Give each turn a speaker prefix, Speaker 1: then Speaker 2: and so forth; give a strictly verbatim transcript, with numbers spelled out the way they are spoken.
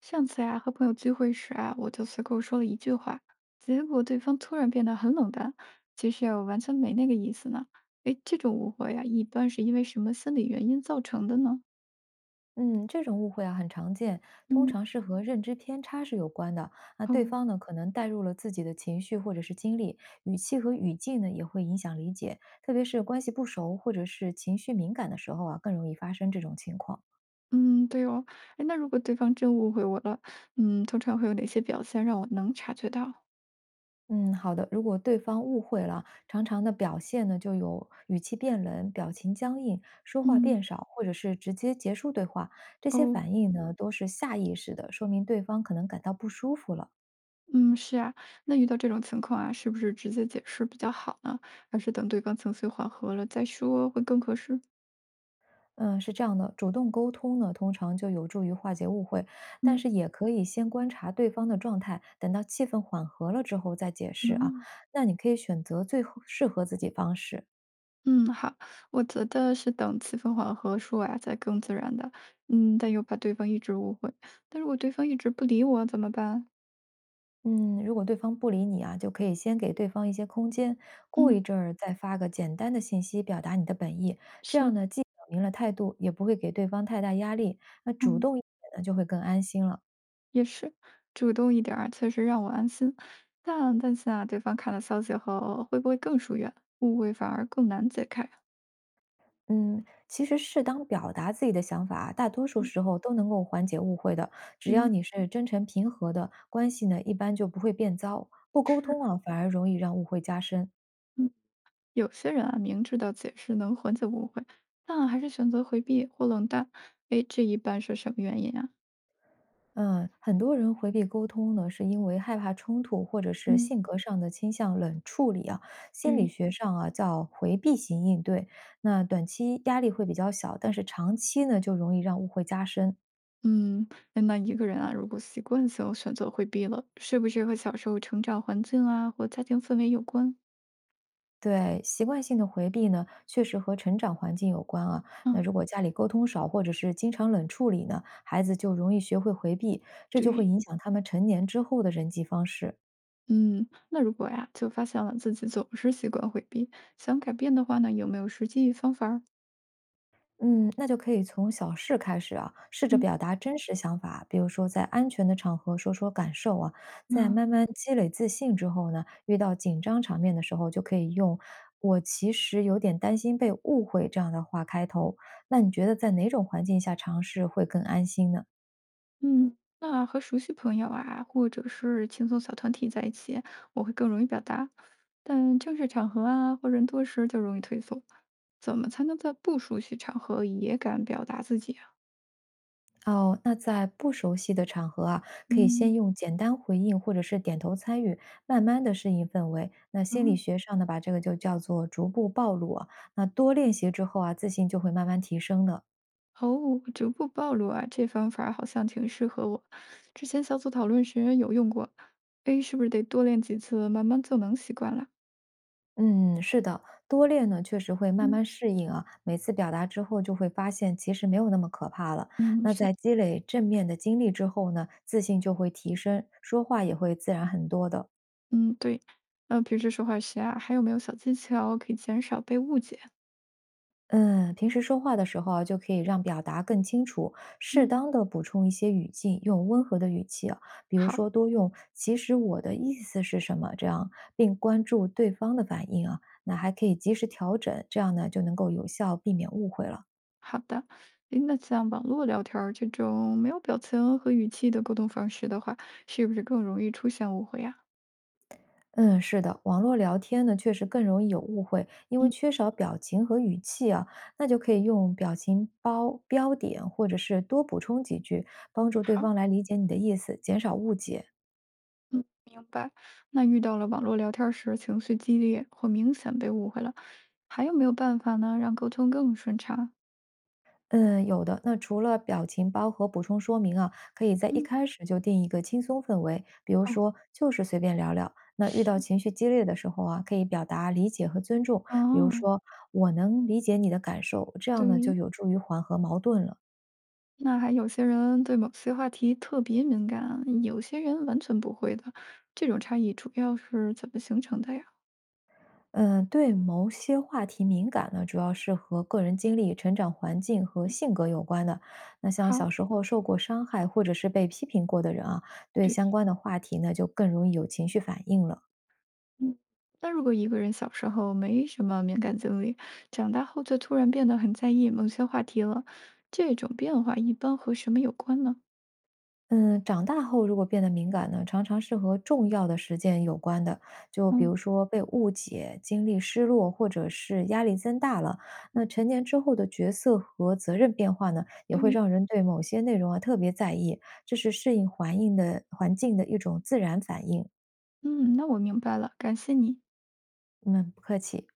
Speaker 1: 上次呀、和朋友聚会时啊，我就随口说了一句话，结果对方突然变得很冷淡。其实啊我完全没那个意思呢。诶，这种误会呀、一般是因为什么心理原因造成的呢？
Speaker 2: 嗯，这种误会啊很常见，通
Speaker 1: 嗯，
Speaker 2: 常是和认知偏差是有关的。那
Speaker 1: 哦，
Speaker 2: 对方呢，可能带入了自己的情绪或者是经历，语气和语境呢也会影响理解，特别是关系不熟或者是情绪敏感的时候啊，更容易发生这种情况。
Speaker 1: 嗯，对哦。诶，那如果对方真误会我了，嗯，通常会有哪些表现让我能察觉到？
Speaker 2: 嗯，好的。如果对方误会了，常常的表现呢就有语气变冷、表情僵硬、说话变
Speaker 1: 嗯，
Speaker 2: 少，或者是直接结束对话，这些
Speaker 1: 哦，
Speaker 2: 反应呢都是下意识的，说明对方可能感到不舒服了。
Speaker 1: 嗯，是啊。那遇到这种情况啊，是不是直接解释比较好呢？还是等对方情绪缓和了再说会更合适？
Speaker 2: 嗯，是这样的，主动沟通呢，通常就有助于化解误会，但
Speaker 1: 嗯
Speaker 2: 是也可以先观察对方的状态，等到气氛缓和了之后再解释啊。
Speaker 1: 嗯。
Speaker 2: 那你可以选择最合适合自己方式。
Speaker 1: 嗯，好，我觉得是等气氛缓和说啊，才更自然的。嗯，但又怕对方一直误会。但如果对方一直不理我怎么办？
Speaker 2: 嗯，如果对方不理你啊，就可以先给对方一些空间，过一
Speaker 1: 嗯，
Speaker 2: 阵儿再发个简单的信息表达你的本意，这样
Speaker 1: 是，
Speaker 2: 呢，既表明了态度，也不会给对方太大压力，那主
Speaker 1: 嗯，
Speaker 2: 动一点呢，就会更安心了。
Speaker 1: 也是，主动一点儿确实让我安心。但担心啊，对方看了消息后会不会更疏远，误会反而更难解开啊。
Speaker 2: 嗯，其实适当表达自己的想法啊，大多数
Speaker 1: 嗯，
Speaker 2: 时候都能够缓解误会的。只要
Speaker 1: 对
Speaker 2: 你是真诚平和的，关系呢一般就不会变糟。不沟
Speaker 1: 是，
Speaker 2: 通啊，反而容易让误会加深。
Speaker 1: 嗯，有些人啊，明知道解释能缓解误会，但还是选择回避或冷淡。哎，这一般是什么原因啊？
Speaker 2: 嗯，很多人回避沟通呢，是因为害怕冲突，或者是
Speaker 1: 嗯，
Speaker 2: 性格上的倾向冷处理啊。心理
Speaker 1: 对
Speaker 2: 学上啊叫回避型应对。那短期压力会比较小，但是长期呢就容易让误会加深。
Speaker 1: 嗯，哎那一个人啊，如果习惯性选择回避了，是不是和小时候成长环境啊，或家庭氛围有关？
Speaker 2: 对，习惯性的回避呢，确实和成长环境有关啊。那如
Speaker 1: 嗯，
Speaker 2: 果家里沟通少，或者是经常冷处理呢，孩子就容易学会回避，这就会
Speaker 1: 对，
Speaker 2: 影响他们成年之后的人际方式。
Speaker 1: 嗯，那如果呀，就发现了自己总是习惯回避，想改变的话呢，有没有实际方法儿？
Speaker 2: 嗯，那就可以从小事开始啊，试着
Speaker 1: 嗯
Speaker 2: 表达真实想法，比如说在安全的场合说说感受啊。在
Speaker 1: 那，
Speaker 2: 慢慢积累自信之后呢，遇到紧张场面的时候，就可以用“我其实有点担心被误会”这样的话开头。那你觉得在哪种环境下尝试会更安心呢？
Speaker 1: 嗯，那和熟悉朋友啊，或者是轻松小团体在一起，我会更容易表达，但正式场合啊，或人多时就容易退缩。怎么才能在不熟悉场合也敢表达自己啊？
Speaker 2: 哦，那在不熟悉的场合啊，可以先
Speaker 1: 嗯
Speaker 2: 用简单回应或者是点头参与，慢慢的适应氛围。那心理
Speaker 1: 嗯。
Speaker 2: 学上呢，把这个就叫做逐步暴露啊。那多练习之后啊，自信就会慢慢提升的。
Speaker 1: 哦，逐步暴露啊，这方法儿好像挺适合我。之前小组讨论时有用过，诶，是不是得多练几次，慢慢就能习惯了？
Speaker 2: 嗯，是的，多练呢，确实会慢
Speaker 1: 嗯，
Speaker 2: 慢适应啊。每次表达之后，就会发现其实没有那么可怕了。
Speaker 1: 嗯，
Speaker 2: 那
Speaker 1: 是，
Speaker 2: 在积累正面的经历之后呢，自信就会提升，说话也会自然很多的。
Speaker 1: 嗯，对。那平时说话时啊，还有没有小技巧可以减少被误解？
Speaker 2: 嗯，平时说话的时候啊就可以让表达更清楚，适
Speaker 1: 嗯
Speaker 2: 当的补充一些语境，用温和的语气啊，比如
Speaker 1: 好，
Speaker 2: 说多用“其实我的意思是什么”这样，并关注对方的反应啊，那还可以及时调整，这样呢就能够有效避免误会了。
Speaker 1: 好的。诶，那像网络聊天儿这种没有表情和语气的沟通方式的话，是不是更容易出现误会呀？
Speaker 2: 嗯，是的，网络聊天呢确实更容易有误会，因为
Speaker 1: 嗯，
Speaker 2: 缺少表情和语气啊，那就可以用表情包、标点，或者是多补充几句，帮助对
Speaker 1: 好。
Speaker 2: 方来理解你的意思，减少误解。
Speaker 1: 嗯，明白。那遇到了网络聊天儿时情绪激烈或明显被误会了，还有没有办法呢，让沟通更顺畅？
Speaker 2: 嗯，有的。那除了表情包和补充说明啊，可以在一
Speaker 1: 嗯，
Speaker 2: 开始就定一个轻松氛围，比如
Speaker 1: 哦，
Speaker 2: 说就是随便聊聊。那遇到
Speaker 1: 是
Speaker 2: 情绪激烈的时候啊，可以表达理解和尊重，比如
Speaker 1: 哦，
Speaker 2: 说我能理解你的感受，这样呢就
Speaker 1: 对。
Speaker 2: 有助于缓和矛盾了。
Speaker 1: 那还有些人对某些话题特别敏感，有些人完全不会的。这种差异主要是怎么形成的呀？
Speaker 2: 嗯，对某些话题敏感呢，主要是和个人经历、成长环境和性格有关的。那像
Speaker 1: 好，
Speaker 2: 小时候受过伤害或者是被批评过的人啊，对
Speaker 1: 对，
Speaker 2: 相关的话题呢就更容易有情绪反应了。
Speaker 1: 嗯。那如果一个人小时候没什么敏感经历，长大后就突然变得很在意某些话题了，这种变化一般和什么有关呢？
Speaker 2: 嗯，长大后如果变得敏感呢，常常是和重要的事件有关的，就比如
Speaker 1: 嗯。
Speaker 2: 说被误解、经历失落，或者是压力增大了。那成年之后的角色和责任变化呢，也会
Speaker 1: 对，
Speaker 2: 让人对某些内容啊特别在意，这是适应环境的环境的一种自然反应。
Speaker 1: 嗯，那我明白了，感谢你。
Speaker 2: 嗯，不客气。